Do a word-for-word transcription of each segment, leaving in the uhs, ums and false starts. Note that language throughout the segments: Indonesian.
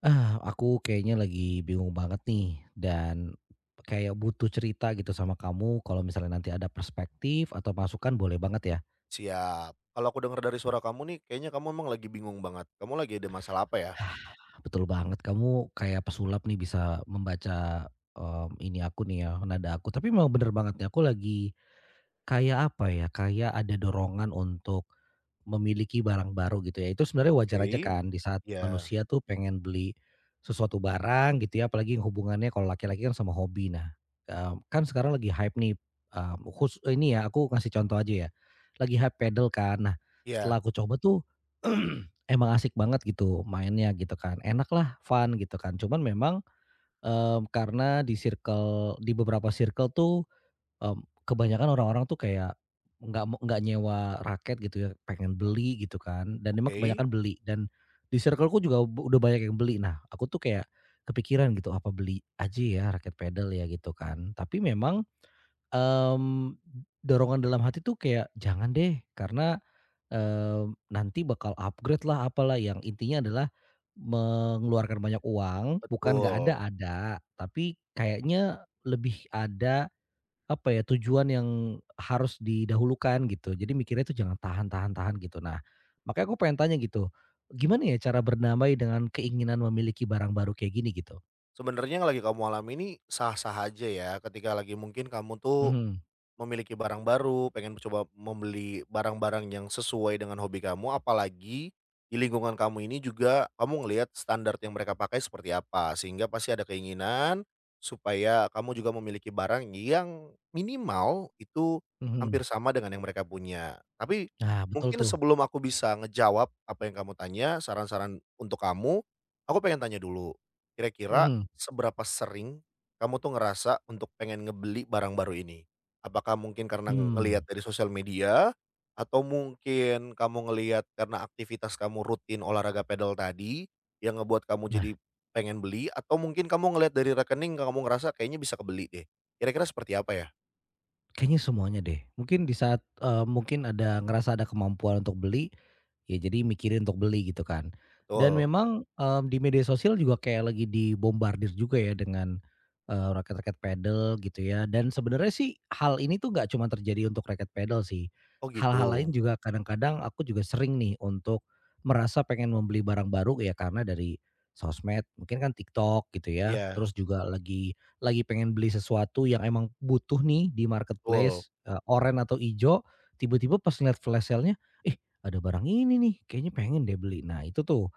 Ah, aku kayaknya lagi bingung banget nih dan kayak butuh cerita gitu sama kamu kalau misalnya nanti ada perspektif atau masukan boleh banget ya. Siap. Kalau aku dengar dari suara kamu nih, kayaknya kamu emang lagi bingung banget. Kamu lagi ada masalah apa ya? Hah, betul banget kamu kayak pesulap nih bisa membaca em, ini aku nih ya, nada aku. Tapi memang bener banget nih aku lagi Kayak apa ya, kayak ada dorongan untuk memiliki barang baru gitu ya. Itu sebenarnya wajar aja Oke. kan di saat Ya. manusia tuh pengen beli sesuatu barang gitu ya, apalagi yang hubungannya kalau laki-laki kan sama hobi. Nah, eee, kan sekarang lagi hype nih, eee, khus ini ya aku ngasih contoh aja ya, lagi hype pedal kan. Nah, setelah Ya. aku coba tuh emang asik banget gitu mainnya gitu kan, enak lah fun gitu kan. Cuman memang, eee, karena di circle di beberapa circle tuh Mmm, kebanyakan orang-orang tuh kayak nggak mau nggak nyewa raket gitu ya, pengen beli gitu kan, dan emang Oke. kebanyakan beli dan di circleku juga b udah banyak yang beli. Nah, aku tuh kayak kepikiran gitu, "Apa beli aja ya raket pedal ya?" Gitu kan. Tapi memang, mmm, dorongan dalam hati tuh kayak, "Jangan deh, karena, eee, nanti bakal upgrade lah, apalah." Yang intinya adalah mengeluarkan banyak uang, bukan nggak ada, Betul. ada, tapi kayaknya lebih ada apa ya, tujuan yang harus didahulukan gitu. Jadi mikirnya tuh jangan tahan-tahan-tahan gitu. Nah, makanya aku pengen tanya gitu, gimana ya cara berdamai dengan keinginan memiliki barang baru kayak gini gitu? Sebenarnya yang lagi kamu alami ini sah-sah aja ya, ketika lagi mungkin kamu tuh Mhm, memiliki barang baru, pengen coba membeli barang-barang yang sesuai dengan hobi kamu, apalagi di lingkungan kamu ini juga kamu ngelihat standar yang mereka pakai seperti apa, sehingga pasti ada keinginan supaya kamu juga memiliki barang yang minimal itu mhm. hampir sama dengan yang mereka punya. Tapi Nah, betul mungkin tuh. sebelum aku bisa ngejawab apa yang kamu tanya, saran-saran untuk kamu, aku pengen tanya dulu, kira-kira Mhm, seberapa sering kamu tuh ngerasa untuk pengen ngebeli barang baru ini? Apakah mungkin karena ngelihat hmm. dari sosial media, atau mungkin kamu ngelihat karena aktivitas kamu rutin olahraga pedal tadi, yang ngebuat kamu jadi Nah, pengen beli, atau mungkin kamu ngelihat dari rekening kamu ngerasa kayaknya bisa kebeli deh. Kira-kira seperti apa ya? kayaknya semuanya deh. Mungkin di saat, eee, mungkin ada ngerasa ada kemampuan untuk beli, Ya jadi mikirin untuk beli gitu kan. Dan Betul. memang, mmm, di media sosial juga kayak lagi dibombardir juga ya dengan, eee, raket-raket padel gitu ya dan sebenarnya sih hal ini tuh nggak cuma terjadi untuk raket pedal sih. Oh Hal-hal lain gitu. juga kadang-kadang aku juga sering nih untuk merasa pengen membeli barang baru ya karena dari sosmed, mungkin kan TikTok gitu ya. Iya, Terus juga lagi lagi pengen beli sesuatu yang emang butuh nih di betul. marketplace, eee, oren atau ijo, tiba-tiba pas ngeliat flash sale-nya, ih ada barang ini nih, kayaknya pengen deh beli. Nah itu tuh,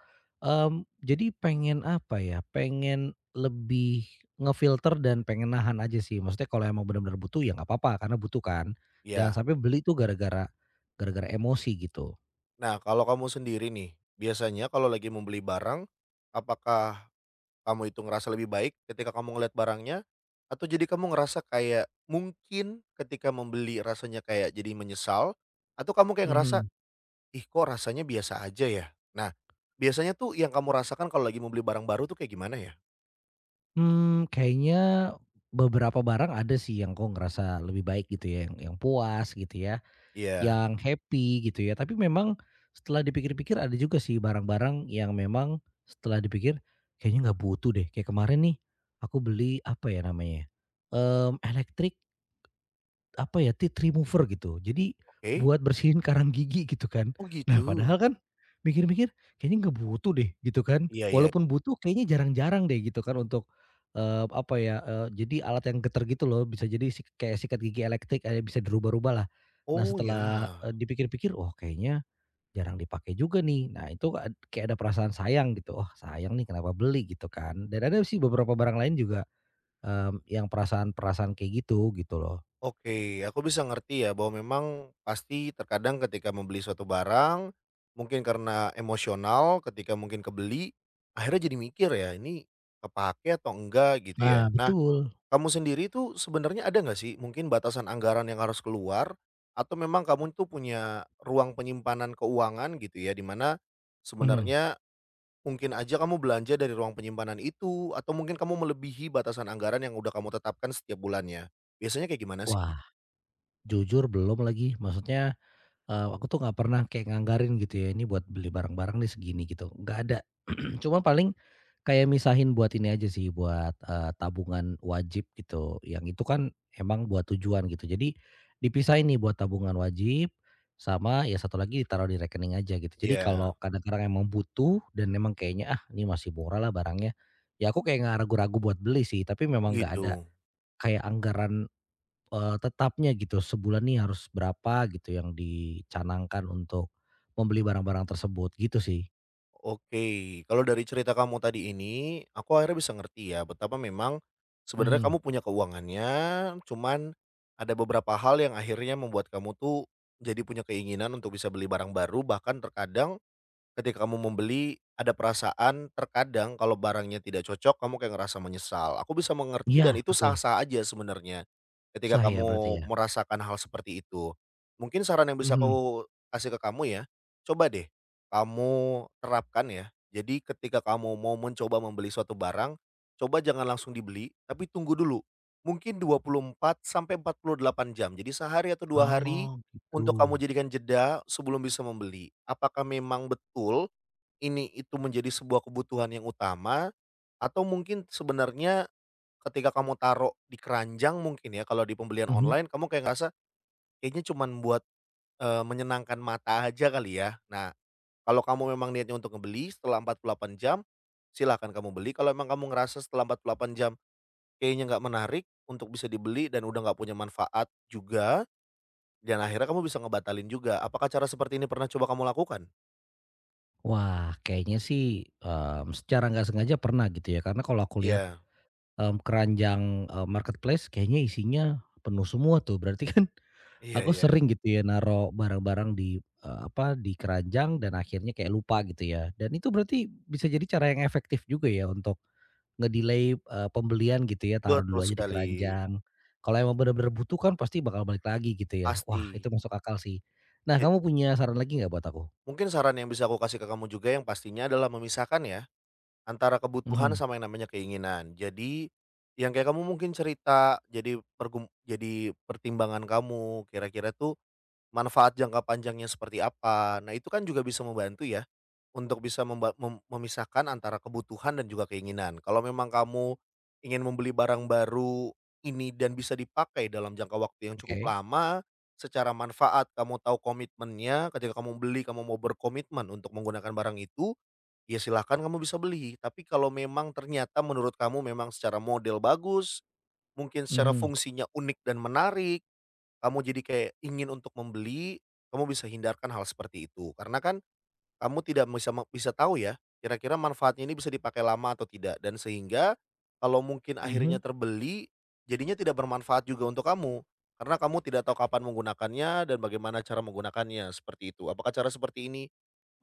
mmm, jadi pengen apa ya, pengen lebih ngefilter dan pengen nahan aja sih. Maksudnya kalau emang benar-benar butuh ya nggak apa-apa, karena butuh kan. Jangan Iya. sampai beli tuh gara-gara gara-gara emosi gitu. Nah, kalau kamu sendiri nih, biasanya kalau lagi membeli barang, apakah kamu itu ngerasa lebih baik ketika kamu ngelihat barangnya? Atau jadi kamu ngerasa kayak mungkin ketika membeli rasanya kayak jadi menyesal? Atau kamu kayak ngerasa, Mhm. "Ih, kok rasanya biasa aja ya?" Nah, biasanya tuh yang kamu rasakan kalau lagi mau beli barang baru tuh kayak gimana ya? Mmm, kayaknya beberapa barang ada sih yang kok ngerasa lebih baik gitu ya, yang yang puas gitu ya, Iya, yang happy gitu ya. Tapi memang setelah dipikir-pikir ada juga sih barang-barang yang memang setelah dipikir kayaknya nggak butuh deh. Kayak kemarin nih aku beli apa ya namanya ya, mmm, elektrik apa ya, teeth remover gitu. Jadi oke. buat bersihin karang gigi gitu kan. Oh Nah gitu. padahal kan mikir-mikir kayaknya nggak butuh deh gitu kan. Iya, iya. Walaupun butuh kayaknya jarang-jarang deh gitu kan untuk, eee, apa ya, eee, jadi alat yang getar gitu loh bisa jadi si kayak sikat gigi elektrik ada bisa dirubah-rubah lah. Nah Oh setelah, ya. eee, dipikir-pikir, "Oh kayaknya jarang dipakai juga nih." Nah itu ad kayak ada perasaan sayang gitu, "oh sayang nih kenapa beli?" Gitu kan. Dan ada sih beberapa barang lain juga, mmm, yang perasaan-perasaan kayak gitu, gitu loh. Oke, aku bisa ngerti ya bahwa memang pasti terkadang ketika membeli suatu barang, mungkin karena emosional ketika mungkin kebeli, akhirnya jadi mikir ya ini kepake atau enggak gitu ya. Nah Nah, betul. kamu sendiri tuh sebenarnya ada nggak sih mungkin batasan anggaran yang harus keluar atau memang kamu tuh punya ruang penyimpanan keuangan gitu ya, di mana Mhm. sebenarnya mungkin aja kamu belanja dari ruang penyimpanan itu atau mungkin kamu melebihi batasan anggaran yang udah kamu tetapkan setiap bulannya. Biasanya kayak gimana sih? Wah, jujur belum lagi, maksudnya, eee, aku tuh nggak pernah kayak nganggarin gitu ya, ini buat beli barang-barang nih segini gitu, nggak ada. Cuma paling kayak misahin buat ini aja sih, buat, eee, tabungan wajib gitu, yang itu kan emang buat tujuan gitu. Jadi dipisahin nih buat tabungan wajib, sama ya satu lagi ditaruh di rekening aja gitu. Jadi Iya. kalau kadang-kadang emang butuh dan emang kayaknya, "Ah, ini masih murah lah barangnya," ya aku kayak nggak ragu-ragu buat beli sih, tapi Oh memang nggak ada gitu. kayak anggaran eee, tetapnya gitu, sebulan nih harus berapa gitu yang dicanangkan untuk membeli barang-barang tersebut, gitu sih. Oke. Kalau dari cerita kamu tadi ini, aku akhirnya bisa ngerti ya betapa memang sebenarnya Mhm. kamu punya keuangannya, cuman ada beberapa hal yang akhirnya membuat kamu tuh jadi punya keinginan untuk bisa beli barang baru, bahkan terkadang ketika kamu membeli, ada perasaan terkadang kalau barangnya tidak cocok, kamu kayak ngerasa menyesal. Aku bisa mengerti dan Iya, itu betul. sah-sah aja sebenarnya, ketika Sah ya kamu berarti ya? merasakan hal seperti itu. Mungkin saran yang bisa Mhm. aku kasih ke kamu ya, coba deh kamu terapkan ya. Jadi ketika kamu mau mencoba membeli suatu barang, coba jangan langsung dibeli, tapi tunggu dulu. Mungkin dua puluh empat sampai empat puluh delapan jam. Jadi sehari atau dua hari Oh, gitu. untuk kamu jadikan jeda sebelum bisa membeli, apakah memang betul ini itu menjadi sebuah kebutuhan yang utama? Atau mungkin sebenarnya ketika kamu taruh di keranjang mungkin ya kalau di pembelian Mhm. online kamu kayak ngerasa kayaknya cuman buat, eee, menyenangkan mata aja kali ya? Nah, kalau kamu memang niatnya untuk ngebeli setelah empat puluh delapan jam, silakan kamu beli, kalau emang kamu ngerasa setelah empat puluh delapan jam kayaknya nggak menarik untuk bisa dibeli dan udah nggak punya manfaat juga dan akhirnya kamu bisa ngebatalin juga. Apakah cara seperti ini pernah coba kamu lakukan? Wah, kayaknya sih, mmm, secara nggak sengaja pernah gitu ya, karena kalau aku lihat, Iya, mmm, keranjang, eee, marketplace kayaknya isinya penuh semua tuh, berarti kan iya, aku iya. sering gitu ya naruh barang-barang di, eee, apa, di keranjang dan akhirnya kayak lupa gitu ya, dan itu berarti bisa jadi cara yang efektif juga ya untuk ngedelay delay pembelian gitu ya, taruh Betul dulu aja di sekali, keranjang. Kalau emang benar-benar butuh kan pasti bakal balik lagi gitu ya. Wah, itu pasti. masuk akal sih. Nah, It kamu punya saran lagi nggak buat aku? Mungkin saran yang bisa aku kasih ke kamu juga yang pastinya adalah memisahkan ya, antara kebutuhan Mhm, sama yang namanya keinginan. Jadi, yang kayak kamu mungkin cerita, jadi pergum jadi pertimbangan kamu, kira-kira tuh manfaat jangka panjangnya seperti apa. Nah, itu kan juga bisa membantu ya, untuk bisa memba mem memisahkan antara kebutuhan dan juga keinginan. Kalau memang kamu ingin membeli barang baru ini dan bisa dipakai dalam jangka waktu yang cukup oke. lama, secara manfaat kamu tahu komitmennya, ketika kamu beli kamu mau berkomitmen untuk menggunakan barang itu, ya silahkan kamu bisa beli. Tapi kalau memang ternyata menurut kamu memang secara model bagus, mungkin secara Mhm, fungsinya unik dan menarik kamu jadi kayak ingin untuk membeli, kamu bisa hindarkan hal seperti itu. Karena kan kamu tidak bisa me bisa tahu ya, kira-kira manfaatnya ini bisa dipakai lama atau tidak dan sehingga kalau mungkin mhm. akhirnya terbeli, jadinya tidak bermanfaat juga untuk kamu. Karena kamu tidak tahu kapan menggunakannya dan bagaimana cara menggunakannya, seperti itu. Apakah cara seperti ini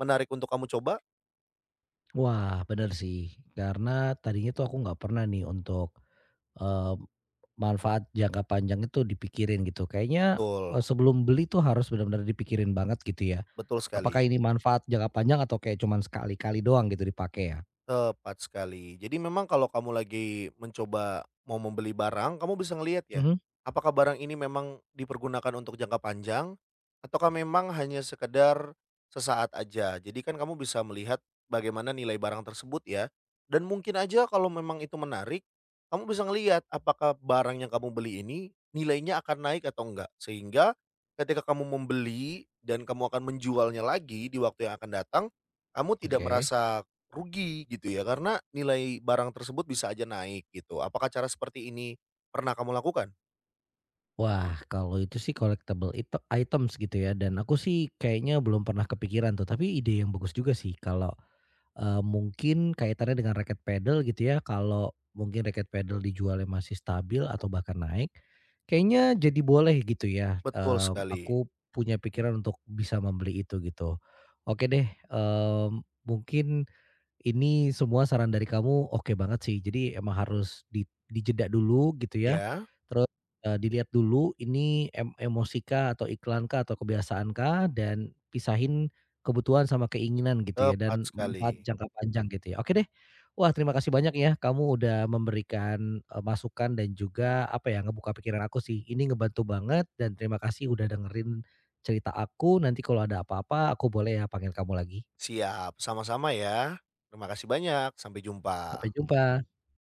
menarik untuk kamu coba? Wah, benar sih, karena tadinya tuh aku nggak pernah nih untuk, eh, Manfaat jangka panjang itu dipikirin gitu. Kayaknya, Betul, eee, sebelum beli tuh harus benar-benar dipikirin banget gitu ya. betul Apakah sekali. ini manfaat jangka panjang atau kayak cuman sekali-kali doang gitu dipakai ya? Tepat sekali. Jadi memang kalau kamu lagi mencoba mau membeli barang, kamu bisa ngelihat ya, Mhm, apakah barang ini memang dipergunakan untuk jangka panjang ataukah memang hanya sekedar sesaat aja. Jadi kan kamu bisa melihat bagaimana nilai barang tersebut ya. Dan mungkin aja kalau memang itu menarik, kamu bisa ngelihat apakah barang yang kamu beli ini nilainya akan naik atau enggak. Sehingga ketika kamu membeli dan kamu akan menjualnya lagi di waktu yang akan datang, kamu tidak oke. merasa rugi gitu ya karena nilai barang tersebut bisa aja naik gitu. Apakah cara seperti ini pernah kamu lakukan? Wah, kalau itu sih collectible itu items gitu ya dan aku sih kayaknya belum pernah kepikiran tuh, tapi ide yang bagus juga sih kalau Eee, mungkin kaitannya dengan raket pedal gitu ya, kalau mungkin raket pedal dijualnya masih stabil atau bahkan naik, kayaknya jadi boleh gitu ya, Betul eee, sekali, aku punya pikiran untuk bisa membeli itu gitu. Oke deh, mmm, mungkin ini semua saran dari kamu oke banget sih. Jadi emang harus di dijeda dulu gitu ya. ya, Terus, eee, dilihat dulu ini em emosi kah atau iklan kah atau kebiasaan kah dan pisahin kebutuhan sama keinginan gitu ya tepat dan sekali. manfaat jangka panjang gitu ya. Oke deh. Wah, terima kasih banyak ya kamu udah memberikan, eee, masukan dan juga apa ya, ngebuka pikiran aku sih. Ini ngebantu banget dan terima kasih udah dengerin cerita aku. Nanti kalau ada apa-apa aku boleh ya panggil kamu lagi. Siap, sama-sama ya. Terima kasih banyak, sampai jumpa. Sampai jumpa.